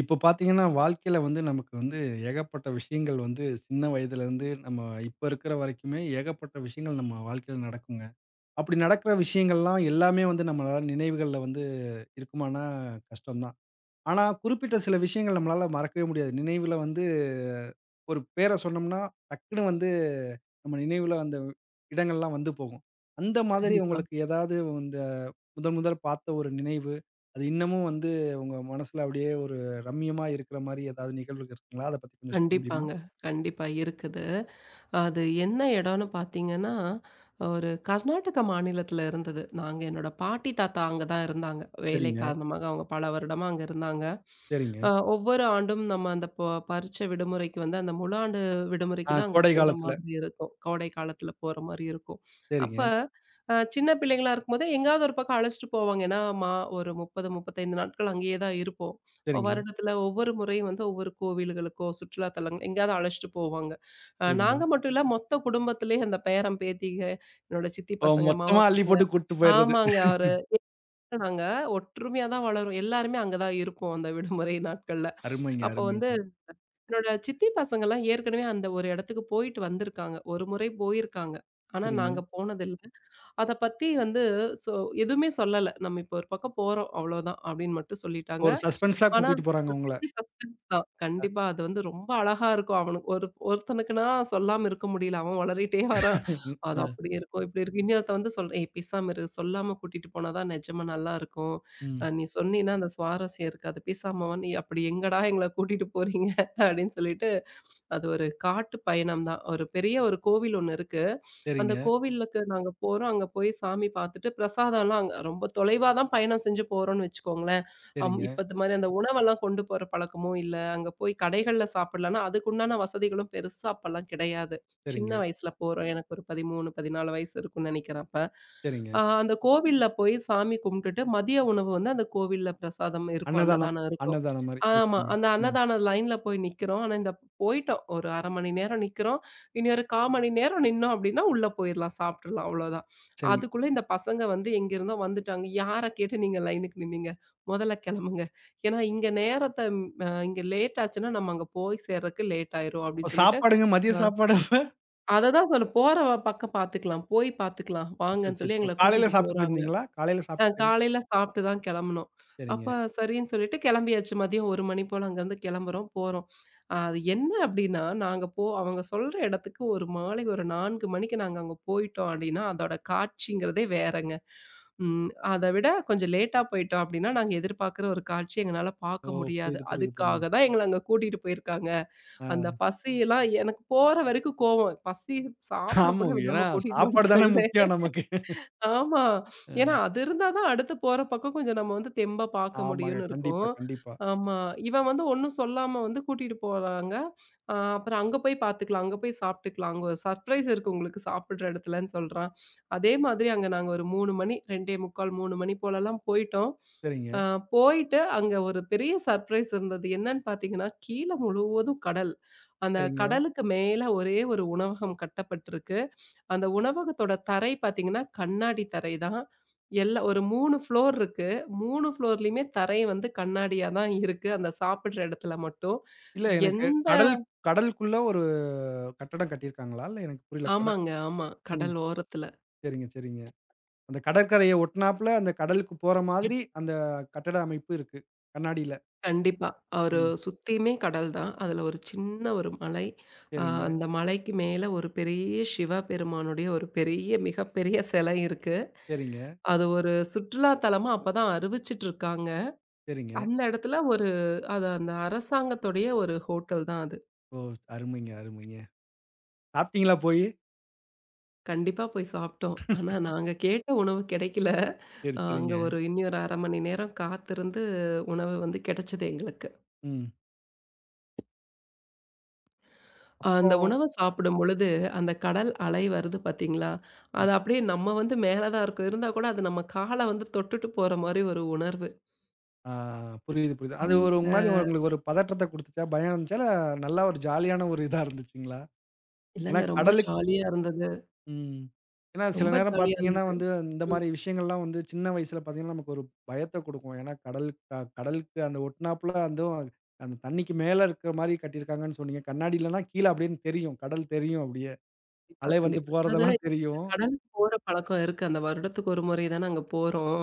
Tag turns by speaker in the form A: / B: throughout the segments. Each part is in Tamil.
A: இப்போ பார்த்தீங்கன்னா, வாழ்க்கையில நமக்கு ஏகப்பட்ட விஷயங்கள் சின்ன வயதிலேருந்து நம்ம இப்ப இருக்கிற வரைக்குமே ஏகப்பட்ட விஷயங்கள் நம்ம வாழ்க்கையில நடக்குங்க. அப்படி நடக்கிற விஷயங்கள்லாம் எல்லாமே நம்மளால நினைவுகள்ல இருக்குமானா கஷ்டம் தான். ஆனா குறிப்பிட்ட சில விஷயங்கள் நம்மளால மறக்கவே முடியாது. நினைவுல ஒரு பேர சொன்னோம்னா, டக்குனு நம்ம நினைவுல அந்த இடங்கள்லாம் போகும். அந்த மாதிரி
B: கண்டிப்பா.
A: உங்களுக்கு ஏதாவது இந்த முதல் முதல் பார்த்த ஒரு நினைவு, அது இன்னமும் உங்க மனசுல அப்படியே ஒரு ரம்மியமா இருக்கிற மாரி ஏதாவது நிகழ்வுகள் இருக்குங்களா? அத பத்தி கொஞ்சம் சொல்ல முடியுமா?
B: கண்டிப்பாங்க. கண்டிப்பா இருக்குது. அது என்ன இடம்னு பார்த்தீங்கன்னா, ஒரு கர்நாடக மாநிலத்தில இருந்தது. நாங்க என்னோட பாட்டி, தாத்தா அங்க தான் இருந்தாங்க. வேலை
A: சரிங்க,
B: காரணமாக அவங்க பல வருடமா அங்க இருந்தாங்க.
A: சரிங்க.
B: ஒவ்வொரு ஆண்டும் நம்ம அந்த பரீட்சை விடுமுறைக்கு வந்து அந்த முழு ஆண்டு
A: ஆ,
B: விடுமுறைக்கு தான் அங்க
A: கோடை
B: போற
A: காலத்துல.
B: மாதிரி இருக்கும். கோடை காலத்துல போற மாரி இருக்கும். அப்ப
A: சரிங்க,
B: சின்ன பிள்ளைங்களா இருக்கும்போதே எங்கேயாவது ஒரு பக்கம் அழைச்சிட்டு போவாங்க. ஏன்னா, ஒரு 30, 35 நாட்கள் அங்கேயே தான் இருப்போம்.
A: சரிங்க,
B: வருடத்துல ஒவ்வொரு முறையும் வந்து ஒவ்வொரு கோவில்களுக்கோ, சுற்றுலா தலங்கள் எங்கேயாவது அழைச்சிட்டு போவாங்க.
A: சரிங்க.
B: நாங்க மட்டும் இல்ல மொத்த குடும்பத்திலேயே அந்த பேரன், பேத்திக, என்னோட சித்தி
A: ஓ,
B: பசங்க, மாமா
A: மொத்தமா அள்ளி
B: பசங்க.
A: போட்டு கூட்டு போயிறது.
B: ஆமாங்க. ஒரு நாங்க ஒற்றுமையா தான் வளரும். எல்லாருமே அங்க தான் இருப்போம் அந்த விடுமுறை நாட்கள்ல.
A: அருமைங்க,
B: அப்போ வந்து
A: அருமைங்க.
B: என்னோட சித்தி பசங்கலாம் ஏற்கனவே அந்த ஒரு இடத்துக்கு போயிட்டு வந்திருக்காங்க. ஒரு முறை போயிருக்காங்க. ஆனா
A: சரிங்க.
B: நாங்க போனதில்ல. அத பத்தி வந்து சொ எதுவுமே சொல்லல. நம்ம இப்போ ஒரு பக்கம் போறோம் அவ்வளோதான் அப்படின்னு மட்டும் சொல்லிட்டாங்க.
A: ஒரு சஸ்பென்ஸா
B: ஆனா,
A: கூட்டிட்டு போறாங்க
B: ஒரு
A: உங்கள.
B: பெரிய சஸ்பென்ஸ் தான். கண்டிப்பா. அது வந்து ரொம்ப அழகா இருக்கும். அவனுக்கு ஒருத்தனுக்குன்னா சொல்லாம இருக்க முடியல. அவன் வளரிட்டே
A: அ.
B: வரான். அது அப்படி இருக்கும், இப்படி இருக்கும். இன்னொருத்தன் வந்து சொல்றேன், "ஏய் பேசாம இரு. சொல்லாம கூட்டிட்டு போனா தான் நிஜமா நல்லாருக்கும்.
A: ம்.
B: நீ சொன்னீன்னா அந்த சுவாரஸ்யம் இருக்காது. பேசாம வா நீ." "அப்படி எங்கடா எங்கள கூட்டிட்டு போறீங்க?" அப்படின்னு சொல்லிட்டு அது ஒரு காட்டு பயணம் தான். ஒரு பெரிய ஒரு கோவில் ஒண்ணு இருக்கு. அந்த
A: சரிங்க,
B: கோவிலுக்கு நாங்க போறோம். அங்க போய் சாமி பார்த்துட்டு பிரசாதம்லாம் அங்க ரொம்ப தொலைவா தான் பயணம் செஞ்சு போறோம்னு வச்சுக்கோங்களேன்.
A: சரிங்க,
B: இப்ப இந்த மாரி அந்த உணவெல்லாம் கொண்டு போற பழக்கமும் இல்ல. அங்க போய் கடைகள்ல சாப்பிடலாம்னா, அதுக்குண்டான வசதிகளும் பெருசா அப்பலாம் கிடையாது. சின்ன
A: சரிங்க,
B: வயசுல போறோம். எனக்கு ஒரு 13, 14 வயசு இருக்கும்னு நெனைக்கிறேன் அப்ப.
A: சரிங்க.
B: அந்த கோவில்ல போய் சாமி கும்பிட்டுட்டு, மதிய உணவு வந்து அந்த கோவில்ல பிரசாதம் இருக்கும்.
A: அன்னதானம்,
B: அன்னதானம் இருக்கும்.
A: அன்னதானம் மாரி.
B: ஆமா.
A: ஓகேங்க.
B: அந்த
A: ம்.
B: அன்னதான லைன்ல போய் நிக்கிறோம். ஆனா, போயிட்டோம். ஒரு 1/2 மணி நேரம் நிக்கிறோம். இனி ஒரு 1/4 மணி நேரம் நின்னோம் அப்டின்னா, உள்ள போயிரலாம். சாப்ட்றலாம் அவ்ளோதான்.
A: சரிங்க.
B: அதுக்குள்ள இந்த பசங்க வந்து எங்கேருந்தோ வந்துட்டாங்க. யார கேட்டு நீங்க லைனுக்கு நின்னீங்க? மொதல்ல கெளம்புங்க. ஏன்னா இங்க நேரத்த இங்க லேட் ஆச்சுன்னா, நம்ம அங்க போய் சேர்றக்கு லேட் ஆயிரும்
A: அப்ப
B: அப்டின்னு சொல்லிட்டு,
A: சாப்பாடுங்க, மதிய
B: ஆ.
A: சாப்பாடு அப்ப?
B: அததான் சொல்ல போற பக்கம் பாத்துக்கலாம். போய் பாத்துக்கலாம். வாங்கன்னு சொல்லி
A: அச்சச்சோ!
B: எங்கள
A: காலையில
B: கூட்டிட்டு
A: சாப்பிட்டு
B: போறாங்க.
A: போயிருந்தீங்களா? காலையில சாப்பிட்டு போயிரு
B: காலையில சாப்பிட்டு தான் கிளம்புனோம். அப்ப
A: சரிங்க.
B: சரின்னு சொல்லிட்டு கிளம்பியாச்சு. மதியம் 1 மணி போல அங்கருந்து கிளம்புறோம், போறோம். அது என்ன அப்டின்னா, நாங்க அவங்க சொல்ற இடத்துக்கு ஒரு மாலை ஒரு 4 மணிக்கு நாங்க அங்க போயிட்டோம் அப்டின்னா, அதோட காட்சிங்கிறதே வேறங்க. ம். அத விட கொஞ்சம் லேட்டா போயிட்டோம் அப்டின்னா, நாங்க எதிர்பார்க்குற ஒரு காட்சி எங்கனால
A: ஓ,
B: பார்க்க முடியாது.
A: புரியுது, புரியுது,
B: அதுக்காக
A: புரியுதுங்க.
B: தான் எங்கள அங்க கூட்டிட்டு போயிருக்காங்க. அந்த
A: ஆ.
B: பசியெல்லாம் எனக்கு போற வரைக்கும் கோவம். பசி சாப்பிட
A: ஆமா.
B: கூட
A: ஏன்னா
B: விடாம கூட்டிட்டு
A: சாப்பாடு தானே
B: வந்துட்டாங்களே!
A: முக்கியம் நமக்கு.
B: ஆமா. ஏன்னா
A: அ.
B: அது இருந்தா தான் அடுத்து போற பக்கம் கொஞ்சம் நம்ம வந்து தெம்பா பார்க்க
A: ஆமாங்க.
B: முடியும்னு
A: கண்டிப்பா,
B: இருக்கும்.
A: கண்டிப்பா.
B: ஆமா. இவன் வந்து ஒண்ணும் சொல்லாம வந்து கூட்டிட்டு போறாங்க. அப்புறம் அங்க போய் பார்த்துக்கலாம். அங்க போய் சாப்பிட்டுக்கலாம். அங்க ஒரு சர்ப்ரைஸ் இருக்கு உங்களுக்கு சாப்பிடுற இடத்துலன்னு சொல்றான். அதே மாதிரி அங்க நாங்க ஒரு 3 மணி 2:45 3 மணி போலலாம் போயிட்டோம்.
A: சரிங்க,
B: அ போயிட்டு அங்க ஒரு பெரிய சர்ப்ரைஸ் இருந்தது. என்னன்னு பார்த்தீங்கன்னா, கீழ முழுவதும் கடல். அந்த
A: சரிங்க.
B: கடலுக்கு மேல ஒரே ஒரு உணவகம் கட்டப்பட்டிருக்கு. அந்த உணவகத்தோட தரை பார்த்தீங்கன்னா, கண்ணாடி தரை தான். எல்லா ஒரு 3 ஃப்ளோர் இருக்கு. 3 ஃப்ளோர்லயுமே தரை வந்து கண்ணாடியா தான் இருக்கு. அந்த சாப்பிடுற இடத்துல மட்டும்.
A: இல்ல எனக்கு
B: எந்த
A: கடல் கடலுக்குள்ள ஒரு கட்டடம் கட்டியிருக்காங்களா? இல்ல எனக்கு புரியல. கடல்.
B: ஆமாங்க, ஆமா.
A: ம்.
B: கடல் ஓரத்துல.
A: சரிங்க, சரிங்க. அந்த கடற்கரைய ஒட்டுனாப்ல அந்த கடலுக்கு போற மாதிரி அந்த கட்டட அமைப்பு இருக்கு. கண்ணாடியில.
B: கண்டிப்பா. ஒரு
A: ம்.
B: சுத்தியுமே கடல் தான். அதுல ஒரு சின்ன ஒரு மலை.
A: சரிங்க,
B: அந்த மலைக்கு மேல ஒரு பெரிய சிவபெருமானுடைய ஒரு பெரிய மிகப்பெரிய சிலை இருக்கு.
A: சரிங்க,
B: அது ஒரு சுற்றுலா தலமா அப்பதான் அறிவிச்சிட்டு இருக்காங்க.
A: சரிங்க.
B: அந்த இடத்துல ஒரு அது அந்த அரசாங்கத்துடைய ஒரு ஹோட்டல் தான் அது.
A: ஓ, அருமைங்க, அருமைங்க. சாப்பிட்டீங்களா போயி?
B: கண்டிப்பா போய் சாப்பிட்டோம். ஆனா நாங்க கேட்ட உணவு கிடைக்கல.
A: சரி, சரிங்க.
B: அங்க ஒரு இனி ஒரு 1/2 மணி நேரம் காத்திருந்து உணவு வந்து கிடைச்சது எங்களுக்கு.
A: ம்.
B: அந்த
A: அப்புறம்
B: உணவ சாப்பிடும் பொழுது, அந்த கடல் அலை வருது பார்த்தீங்களா?
A: அ.
B: அது அப்படியே நம்ம வந்து மேல தான் இருக்கோம். இருந்தா கூட அது நம்ம கால வந்து தொட்டுட்டு போற மாரி ஒரு உணர்வு.
A: ஆ, புரியுது, புரியுது. அது ஒரு
B: அந்த
A: மாரி உங்களுக்கு ஒரு பதற்றத்த குடுத்துச்சா? பயம் இருந்துச்சா? இல்ல நல்லா ஒரு ஜாலியான ஒரு இதா இருந்துச்சுங்களா? ஏன்னா
B: இல்லங்க ரொம்ப
A: கடலுக்
B: ஜாலியா இருந்தது.
A: ம். ஏன்னா சில
B: ரொம்ப
A: நேரம்
B: ஜாலியா
A: பார்த்தீங்கன்னா
B: இருந்தது.
A: இந்த
B: ம்.
A: மாரி விஷயங்கள்லாம் சின்ன வயசுல பார்த்தீங்கன்னா, நமக்கு ஒரு பயத்த குடுக்கும். ஏன்னா கடல் க கடலுக்கு அந்த ஒட்டுனாப்புல அதுவும் அந்த தண்ணிக்கு மேல இருக்கிற மாரி கட்டியிருக்காங்கன்னு சொன்னீங்க. கண்ணாடி இல்லன்னா, கீழ அப்டின்னு தெரியும். கடல் தெரியும் அப்டியே.
B: கண்டிப்பா,
A: அலை வந்து
B: கண்டிப்பா. அதாவது
A: போறதெல்லாம் தெரியும்.
B: கடலுக்கு போற பழக்கம் இருக்கு. அந்த வருடத்துக்கு ஒரு முறை தான் நாங்க போறோம்.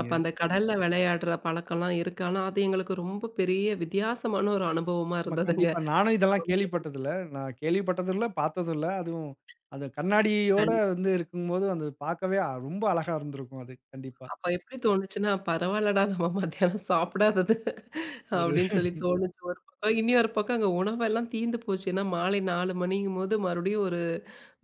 B: அப்ப அந்த கடல்ல விளையாடுற பழக்கம்லாம் இருக்கு. ஆனா, அது எங்களுக்கு ரொம்ப பெரிய வித்தியாசமான ஒரு அனுபவமா
A: ஆமா.
B: இருந்ததுங்க.
A: கண்டிப்பா. நானும் இதெல்லாம் கேள்விப்பட்டதில்ல. நான் கேள்விப்பட்டதும் இல்ல, பார்த்ததும் இல்ல. அதுவும் அது கண்ணாடியோட இருக்கும்போது, அது பார்க்கவே ரொம்ப அழகா இருந்திருக்கும் அது. கண்டிப்பா.
B: அப்ப எப்படி தோணுச்சுன்னா, பரவால்லடா நம்ம மத்தியானம் சாப்பிடாதது
A: ஒரு
B: அப்படின்னு சொல்லி தோணுச்சு ஒரு பக்கம். இனி ஒரு பக்கம் அங்க உணவெல்லாம் தீந்து போச்சு. ஏன்னா மாலை 4 மணிங்கும்போது மறுபடியும் ஒரு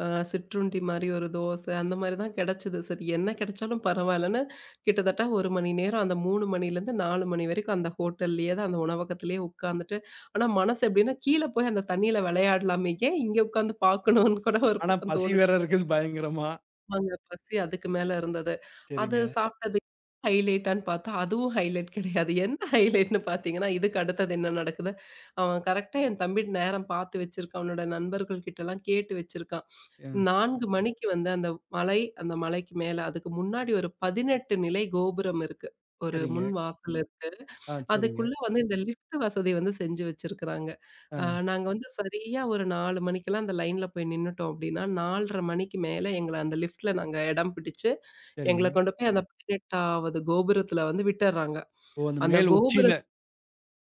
B: சிற்றுண்டி மாரி ஒரு தோசை அந்த மாரி தான் கிடைச்சது. சரி என்ன கிடைச்சாலும் பரவாயில்லன்னு கிட்டத்தட்ட 1 மணி நேரம் அந்த 3 மணிலேருந்து 4 மணி வரைக்கும் அந்த ஹோட்டல்லயே தான் அந்த உணவகத்திலேயே உட்காந்துட்டு, ஆனா மனசு எப்படின்னா கீழ போய் அந்த தண்ணீல விளையாடலாமே, ஏன் இங்க உட்காந்து பார்க்கணும்னு கூட ஒரு
A: ஆனா
B: பக்கம்
A: பசி வேற
B: தோணுச்சு.
A: இருக்குது பயங்கரமா.
B: ஆமாங்க. பசி அதுக்கு மேல இருந்தது. அது
A: சரிங்க.
B: சாப்பிட்டது ஹைலைட்டான்னு பார்த்தா, அதுவும் ஹைலைட் கிடையாது. என்ன ஹைலைட்ன்னு பார்த்தீங்கன்னா, இதுக்கு அடுத்தது என்ன நடக்குது, அவன் கரெக்ட்டா என் தம்பி நேரம் பார்த்து வச்சிருக்கான். அவனோட நண்பர்கள் கிட்டலாம் கேட்டு வச்சிருக்கான்.
A: ம்.
B: 4 மணிக்கு வந்து அந்த மலை, அந்த மலைக்கு மேல அதுக்கு முன்னாடி ஒரு 18 நிலை கோபுரம் இருக்கு. ஒரு முன்
A: சரிங்க.
B: வாசல் இருக்கு.
A: ஆ, சரிங்க.
B: அதுக்குள்ள வந்து இந்த லிஃப்ட் வசதி வந்து செஞ்சு வச்சிருக்கிறாங்க.
A: ஆ,
B: நாங்க வந்து சரியா ஒரு 4 மணிக்கெல்லாம் அந்த லைன்ல போய் நின்னுட்டோம் அப்டின்னா, 4:30 மணிக்கு மேல எங்கள அந்த லிஃப்ட்ல நாங்க இடம் பிடிச்சு,
A: சரிங்க.
B: எங்கள கொண்டு போய் அந்த 18-வது கோபுரத்துல வந்து விட்டர்றாங்க.
A: ஓ, அந்த
B: அந்த
A: மேல்
B: கோபுர
A: உச்சியில.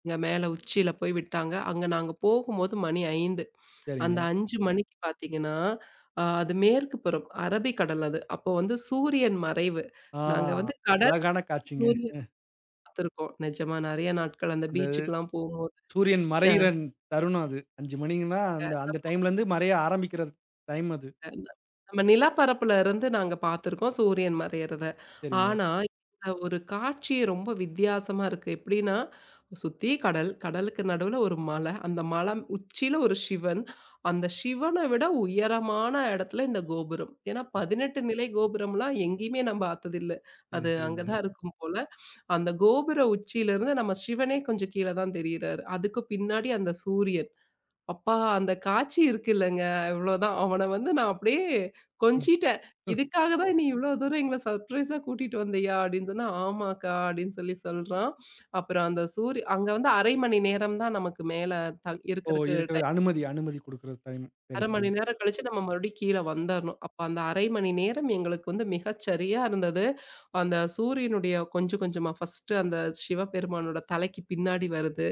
B: இங்க மேல உச்சியில போய் விட்டாங்க. அங்க நாங்க போகும்போது மணி 5. அந்த
A: சரிங்க.
B: 5 மணிக்கு பார்த்தீங்கன்னா, அது மேற்கு புறம் அரபிக்கடல் அது. அப்போ வந்து சூரியன் மறைவு.
A: ஆ,
B: நாங்க வந்து கடல்,
A: அழகான காட்சிங்க.
B: சூரியன் பார்த்துருக்கோம். நிஜமா நெறைய நாட்கள் அந்த
A: அந்த
B: பீச்சுக்குலாம் போகும்போது.
A: சூரியன்
B: அ.
A: மறையிற தருணம் அது. 5 மணிங்கன்னா, அந்த அந்த டைம்லேருந்து மறைய ஆரம்பிக்கிற டைம் அது.
B: அஹ் நம்ம நிலப்பரப்புல இருந்து நாங்க பார்த்துருக்கோம் சூரியன் மறையறத.
A: சரிங்க.
B: ஆனா, இந்த ஒரு காட்சி ரொம்ப வித்தியாசமா இருக்கு. எப்படின்னா, சுத்தி கடல், கடலுக்கு நடுவுல ஒரு மலை, அந்த மலை உச்சியில ஒரு சிவன். அந்த சிவன விட உயரமான இடத்துல இந்த கோபுரம். ஏன்னா,
A: அ,
B: 18 நிலை கோபுரம்லாம் எங்கேயுமே நம்ம பார்த்ததில்ல.
A: சரி,
B: அது அங்க
A: சரிங்க.
B: தான் இருக்கும் போல. அந்த கோபுர உச்சியிலிருந்து நம்ம சிவனே கொஞ்சம் கீழ தான் தெரியிறாரு. அதுக்கு பின்னாடி அந்த சூரியன். அப்பா! அந்த காட்சி இருக்குல்லங்க. இவ்ளோதான். அவன வந்து நான் அப்படியே
A: ம்.
B: கொஞ்சிட்டேன். "இதுக்காக தான் நீ இவ்ளோ தூரம் எங்கள சர்ப்ரைஸா கூட்டிட்டு வந்தியா?" அப்படின்னு சொன்னா, "ஆமாக்கா" அப்படின்னு சொல்லி சொல்றான். அப்புறம் அந்த அங்க வந்து 1/2 மணி நேரம் தான் நமக்கு மேல
A: ஓ,
B: இருக்கறக்கு
A: இருக்கிறது
B: டைம்.
A: அனுமதி, அனுமதி குடுக்குற டைம். சரி,
B: 1/2
A: சரி.
B: மணி நேரம் கழிச்சு நம்ம மறுபடியும் கீழ வந்தரணும். அப்ப அந்த 1/2 மணி நேரம் எங்களுக்கு வந்து மிகச்சரியா இருந்தது. அந்த சூரியனுடைய கொஞ்சம் கொஞ்சமா ஃபர்ஸ்ட்டு அந்த சிவபெருமானோட தலைக்கு பின்னாடி வருது.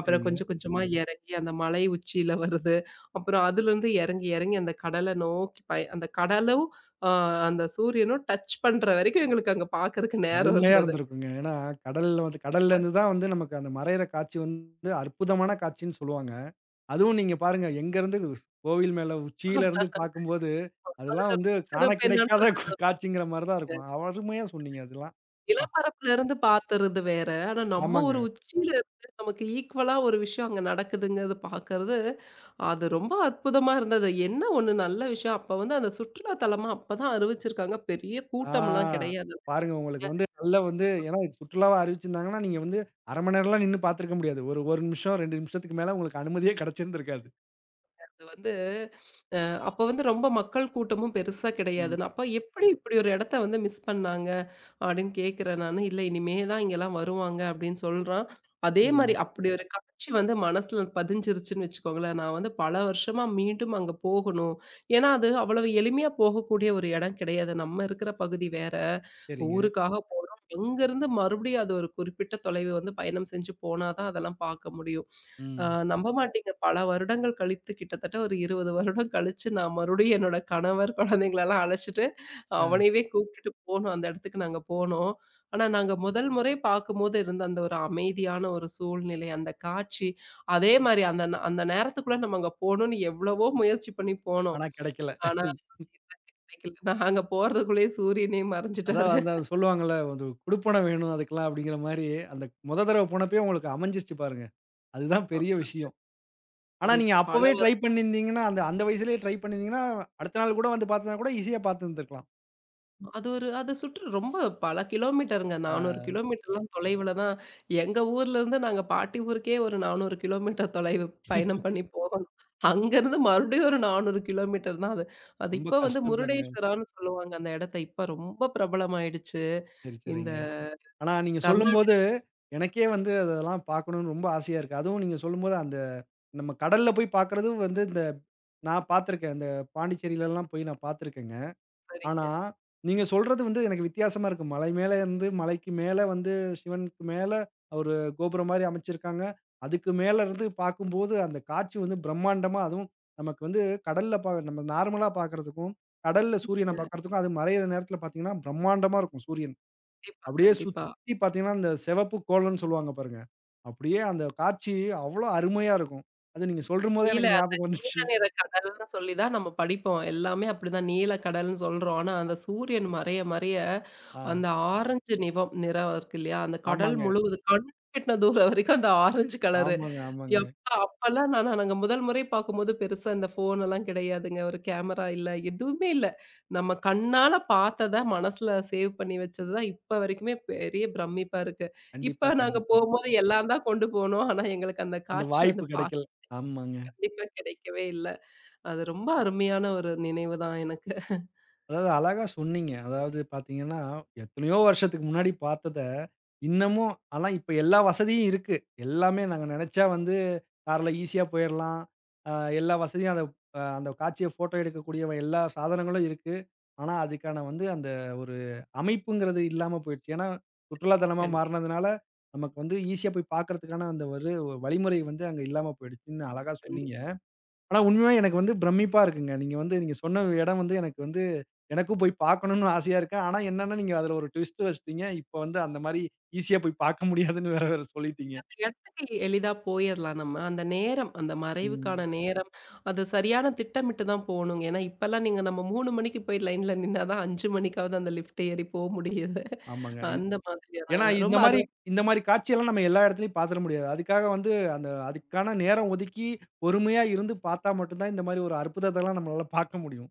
B: அப்புறம்
A: சரிங்க.
B: கொஞ்சம் கொஞ்சமா இறங்கி அந்த மலை உச்சியில வருது. அப்புறம் அதுலருந்து இறங்கி, இறங்கி அந்த கடல நோக்கி அந்த கடலும், அ அந்த சூரியனும் டச் பண்ற வரைக்கும் எங்களுக்கு அங்க பாக்கறக்கு நேரம்
A: அருமையா
B: இருந்தது.
A: இருந்திருக்குங்க. ஏன்னா, கடல்ல கடல்லருந்து தான் நமக்கு அந்த மறையிற காட்சி அற்புதமான காட்சின்னு சொல்லுவாங்க. அதுவும் நீங்க பாருங்க எங்கேருந்து கோவில் மேல உச்சியிலருந்து பார்க்கும்போது,
B: அதுல
A: அதெல்லாம் காண
B: சிறப்பு என்னன்னா,
A: கிடைக்காத காட்சிங்கிற மாரி தான் இருக்கும். அருமையா சொன்னீங்க அதெல்லாம். அ,
B: நிலப்பரப்புலருந்து பாத்துறது வேற. ஆனா நம்ம
A: ஆமாங்க.
B: ஒரு உச்சியில இருந்து நமக்கு ஈக்குவலா ஒரு விஷயம் அங்க நடக்குதுங்கிறது பாக்கறது, அது ரொம்ப அற்புதமா இருந்தது. என்ன ஒண்ணு நல்ல விஷயம், அப்ப வந்து அந்த சுற்றுலா தலமா அப்பதான் அறிவிச்சிருக்காங்க. பெரிய
A: ஆ,
B: கூட்டம்லாம் கிடையாது.
A: பாருங்க உங்களுக்கு நல்ல ஏன்னா சுற்றுலாவா அறிவிச்சிருந்தாங்கன்னா, நீங்க 1/2 மணி நேரம்லாம் நின்னு பார்த்துருக்க முடியாது. ஒரு 1 நிமிஷம், 2 நிமிஷத்துக்கு மேல உங்களுக்கு அனுமதியே கிடைச்சிருந்திருக்காது.
B: அது வந்து அ அப்ப வந்து ரொம்ப மக்கள் கூட்டமும் பெருசா கிடையாது.
A: ம்.
B: நான் அப்ப எப்படி இப்படி ஒரு இடத்த வந்து மிஸ் பண்ணாங்க? அப்படின்னு கேட்கிறேன் நானு. இல்ல இனிமே தான் இங்கலாம் வருவாங்க அப்படின்னு சொல்றான். அதே மாரி
A: சரிங்க,
B: அப்படி ஒரு காட்சி வந்து மனசுல பதிஞ்சிருச்சுன்னு வச்சுக்கோங்களேன். நான் வந்து பல வருஷமா மீண்டும் அங்க போகணும். ஏன்னா, அது அவ்வளவு எளிமையா போகக்கூடிய ஒரு இடம் கிடையாது. நம்ம இருக்கிற பகுதி வேற.
A: சரிங்க.
B: ஊருக்காக போறோம். எங்கேருந்து மறுபடியும் அது ஒரு குறிப்பிட்ட தொலைவு வந்து பயணம் செஞ்சு போனா தான் அதெல்லாம் பார்க்க முடியும். அ
A: ம்.
B: நம்ப மாட்டீங்க பல வருடங்கள் கழித்து கிட்டத்தட்ட ஒரு 20 வருடம் கழிச்சு நான் மறுபடியும் என்னோட கணவர், குழந்தைங்களலாம் அழைச்சுட்டு
A: ஆ.
B: அவனையவே கூப்பிட்டுட்டு போனோம். அந்த இடத்துக்கு நாங்க போனோம். ஆனா நாங்க முதல் முறை பார்க்கும்போது இருந்த அந்த ஒரு அமைதியான ஒரு சூழ்நிலை, அந்த காட்சி, அதே மாரி அந்த அந்த நேரத்துக்குள்ள நம்ம அங்க போணும்னு எவ்வளவோ முயற்சி பண்ணி போனோம்.
A: ஆனா கிடைக்கல.
B: ஆனா கிடைக்கல. நாங்க போறதுக்குள்ளயே சூரியனே
A: அதான்
B: மறைஞ்சுட்டாரு.
A: சொல்லுவாங்கல்ல, "அது குடுப்பன வேணும் அதுக்கெல்லாம்" அப்படிங்கிற மாரி அந்த மொத தடவ போனப்பயே உங்களுக்கு அமைஞ்சிருச்சு பாருங்க. அதுதான்
B: அ
A: பெரிய விஷயம். ஆனா
B: அது
A: நீங்க
B: பல
A: அப்பவே ட்ரை
B: வருடம்
A: பண்ணியிருந்தீங்கன்னா, அந்த அந்த வயசுலயே ட்ரை பண்ணியிருந்தீங்கன்னா, அடுத்த நாள் கூட பார்த்ததுனா கூட ஈஸியா பார்த்துருந்துருக்கலாம்.
B: அது ஒரு அது சுற்று ரொம்ப பல கிலோமீட்டருங்க. 400
A: ஆ,
B: கிலோமீட்டர்லாம் தொலைவுல தான் எங்க ஊர்ல இருந்து நாங்க பாட்டி ஊருக்கே ஒரு 400 கிலோமீட்டர் தொலைவு பயணம் பண்ணி போகணும். அங்கருந்து மறுபடியும் ஒரு 400 கிலோமீட்டர் தான் அது. அது
A: ரொம்ப
B: இப்ப வந்து
A: கஷ்டம் தாங்க.
B: முருடேஸ்வரான்னு சொல்லுவாங்க அந்த இடத்த. இப்ப ரொம்ப பிரபலமாயிடுச்சு.
A: சரி,
B: இந்த
A: சரிங்க. ஆனா நீங்க
B: கர்நாடக
A: சொல்லும்போது எனக்கே அதெல்லாம் பார்க்கணும்னு ரொம்ப ஆசையா இருக்கு. அதுவும் நீங்க சொல்லும்போது அந்த நம்ம கடல்ல போய் பார்க்கறது இந்த நான் பார்த்துருக்கேன். இந்த பாண்டிச்சேரிலலாம் போய் நான் பார்த்துருக்கேங்க. ஆனா,
B: சரிங்க.
A: நீங்க சொல்றது எனக்கு வித்தியாசமா இருக்கு. மலை மேல இருந்து மலைக்கு மேல சிவனுக்கு மேல ஒரு கோபுரம் மாரி அமைச்சிருக்காங்க. அதுக்கு மேல இருந்து பார்க்கும்போது அந்த காட்சி பிரம்மாண்டமா அதுவும் நமக்கு கடல்ல பா நம்ம நார்மலா பார்க்கறதுக்கும், கடல்ல சூரியன பார்க்கறதுக்கும், அது மறையிற நேரத்தில பார்த்தீங்கன்னா, பிரம்மாண்டமா இருக்கும் சூரியன்.
B: கண்டிப்பா,
A: அப்படியே
B: கண்டிப்பா.
A: சுத்தி பார்த்தீங்கன்னா, அந்த சிவப்பு கோலம்ன்னு சொல்லுவாங்க பாருங்க. அப்படியே அந்த காட்சி அவ்வளோ அருமையா இருக்கும். அது நீங்க சொல்லும்போதே
B: கீழ
A: எனக்கு ஞாபகம்
B: நீல
A: வந்துச்சு.
B: நிற கடல்ன்னு சொல்லி தான் நம்ம படிப்போம். எல்லாமே அப்படிதான் நீல கடல்ன்னு சொல்றோம். ஆனா, அந்த சூரியன் மறைய, மறைய
A: ஆ,
B: அந்த ஆரஞ்சு நிறம் இருக்கு இல்லையா? அந்த கடல்
A: ஆமாங்க,
B: முழுவதும் கண் எட்டுன தூரம் வரைக்கும் அந்த ஆரஞ்சு கலரு.
A: ஆமாங்க, ஆமாங்க.
B: எப்பா! அப்பலாம் நாங்க முதல் முறை பார்க்கும்போது பெருசா இந்த ஃபோன் எல்லாம் கிடையாதுங்க. ஒரு கேமரா இல்ல, எதுவுமே இல்ல. நம்ம கண்ணால பார்த்தத மனசுல சேவ் பண்ணி வச்சது தான் இப்ப வரைக்குமே பெரிய பிரமிப்பா இருக்கு.
A: கண்டிப்பா,
B: இப்ப நாங்க
A: கண்டிப்பா.
B: போம்போது எல்லாம் தான் கொண்டு போனோம். ஆனா, எங்களுக்கு அந்த
A: அந்த
B: காட்சி
A: வாய்ப்பு
B: வந்து பார்க்க
A: கிடைக்கல. ஆமாங்க.
B: கண்டிப்பா கிடைக்கவே இல்ல. அது ரொம்ப அருமையான ஒரு நினைவு தான் எனக்கு.
A: அதாவது அழகா சொன்னீங்க. அதாவது பார்த்தீங்கன்னா, எத்தனையோ வருஷத்துக்கு முன்னாடி பார்த்தத, இன்னமும் ஆனா இப்ப எல்லா வசதியும் இருக்கு. எல்லாமே நாங்க நெனச்சா கார்ல ஈஸியா போயிரலாம். அ, எல்லா வசதியும் அத அந்த காட்சிய ஃபோட்டோ எடுக்கக்கூடிய எல்லா சாதனங்களும் இருக்கு. ஆனா, அதுக்கான அந்த ஒரு அமைப்புங்கிறது இல்லாம போயிடுச்சு. ஏன்னா, சுற்றுலா தலமா
B: கண்
A: மாறுனதுனால, நமக்கு ஈஸியா போய் பார்க்கறதுக்கான அந்த ஒரு வழிமுறை அங்க இல்லாம போயிடுச்சுன்னு அழகா சொன்னீங்க.
B: கண்டிப்பா.
A: ஆனா உண்மையா எனக்கு பிரமிப்பா இருக்குங்க. நீங்க சொன்ன இடம் எனக்கு எனக்கும் போய் பார்க்கணும்னு ஆசையா இருக்கு. ஆனா என்னன்னா, நீங்க அதுல ஒரு ட்விஸ்ட் வச்சுட்டீங்க. இப்ப அந்த மாரி ஈஸியா போய் பார்க்க முடியாதுன்னு வேற வேற சொல்லிட்டீங்க.
B: அந்த இடத்துக்கு எளிதா போயிரலாம் நம்ம. அந்த நேரம், அந்த
A: ம்.
B: மறைவுக்கான நேரம், அது சரியான திட்டமிட்டு தான் போணுங்க. ஏன்னா, இப்பலாம் நீங்க நம்ம 3 மணிக்கு போய் லைன்ல நின்னா தான் 5 மணிக்காவது அந்த லிஃப்ட் ஏறி போ முடியுது.
A: ஆமாங்க.
B: அந்த மாதிரியான
A: ஏன்னா இந்த
B: ரொம்ப
A: மாரி
B: அதுவும்
A: இந்த மாரி காட்சியெல்லாம் நம்ம எல்லா இடத்துலயும் பார்த்துற முடியாது. அதுக்காக அதுக்கான நேரம் ஒதுக்கி பொறுமையா இருந்து பார்த்தா மட்டும் தான் இந்த மாரி ஒரு அற்புதத்தலாம் நம்மளால பார்க்க முடியும்.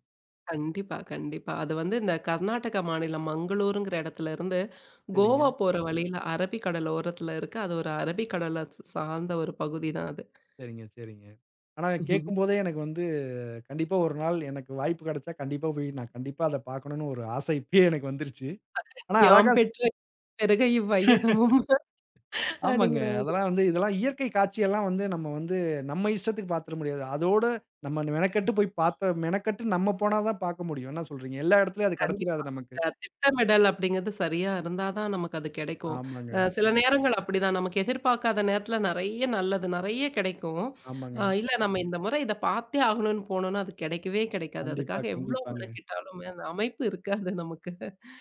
B: கண்டிப்பா, கண்டிப்பா. அது வந்து இந்த கர்நாடக மாநிலம் மங்களூருங்கிற இடத்துல இருந்து
A: சரிங்க,
B: கோவா போற வழியில அரபிக்கடல் ஓரத்துல இருக்கு. அது ஒரு அரபிக்கடல சார்ந்த ஒரு பகுதி தான் அது.
A: சரிங்க, சரிங்க. ஆனா கேட்கும்போதே எனக்கு கண்டிப்பா ஒரு நாள் எனக்கு வாய்ப்பு கிடைச்சா கண்டிப்பா போய் நான் கண்டிப்பா அத பார்க்கணும்னு ஒரு ஆசை இப்பயே எனக்கு வந்துருச்சு. ஆனா
B: யாம்
A: அழகா ஸ்
B: பெற்ற பெருக இவ்வையகமும்
A: ஆமாங்க.
B: அப்படிங்கிறது.
A: அதெல்லாம் இதெல்லாம் இயற்கை காட்சியெல்லாம் நம்ம இஷ்டத்துக்கு பார்த்துற முடியாது. அதோட நம்ம மெனக்கெட்டு போய் பார்த்த மெனக்கெட்டு நம்ம போனா தான் பார்க்க முடியும். என்ன சொல்றீங்க? எல்லா இடத்துலயும் அது கிடைச்சிடாது
B: கண்டிப்பா.
A: நமக்கு.
B: திட்டமிடல் அப்படிங்கிறது சரியா இருந்தா தான் நமக்கு அது கிடைக்கும்.
A: ஆமாங்க,
B: சில நேரங்கள் அப்படிதான். நமக்கு எதிர்பார்க்காத நேரத்துல நெறைய நல்லது நெறைய கிடைக்கும்.
A: ஆமாங்க.
B: இல்ல நம்ம இந்த முறை இத பார்த்தே ஆகணும்னு போனோம்னா, அது கிடைக்கவே கிடைக்காது.
A: கண்டிப்பா,
B: அதுக்காக எவ்ளோ
A: கண்டிப்பாங்க.
B: மெனக்கிட்டாலுமே அந்த அமைப்பு இருக்காது நமக்கு.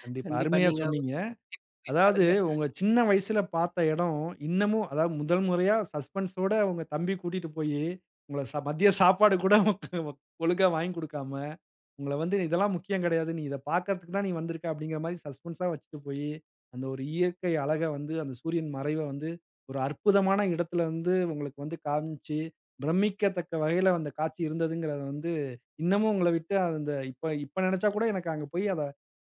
A: கண்டிப்பா.
B: கண்டிப்பா
A: அருமையா
B: நீங்க
A: சொன்னீங்க.
B: உதவி
A: அதாவது
B: பாருங்க.
A: உங்க சின்ன வயசுல பார்த்த இடம் இன்னமும் அதாவது முதல் முறையா சஸ்பென்ஸோட உங்க தம்பி கூட்டிட்டு போயி, உங்கள மதிய சாப்பாடு கூட ஒழுங்கா வாங்கி குடுக்காம உங்கள இதெல்லாம் முக்கியம் கிடையாது. நீ இத பார்க்கறதுக்கு தான் நீ வந்திருக்க அப்படிங்கிற மாரி சஸ்பென்ஸா வச்சுட்டு போயி, அந்த ஒரு இயற்கை அழக அந்த சூரியன் மறைவ ஒரு அற்புதமான இடத்துல உங்களுக்கு காமிச்சு, பிரமிக்கத்தக்க வகையில அந்த காட்சி இருந்ததுங்கிறத இன்னமும் உங்கள விட்டு அந்த இப்ப இப்ப நினைச்சா கூட எனக்கு அங்க போய் அத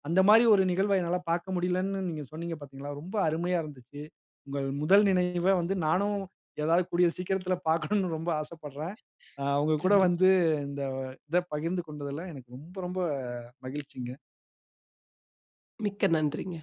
A: அந்த மாரி ஒரு நிகழ்வ என்னால பார்க்க முடியலன்னு நீங்க சொன்னீங்க பார்த்தீங்களா? ரொம்ப அருமையா இருந்துச்சு. உங்கள் முதல் நினைவ நானும் ஏதாவது கூடிய சீக்கிரத்துல பார்க்கணும்னு ரொம்ப ஆசைப்படுறேன். அ உங்க கூட
B: கண்டிப்பா.
A: வந்து இந்த இத பகிர்ந்து கொண்டதுல எனக்கு ரொம்ப ரொம்ப மகிழ்ச்சிங்க.
B: மிக்க நன்றிங்க.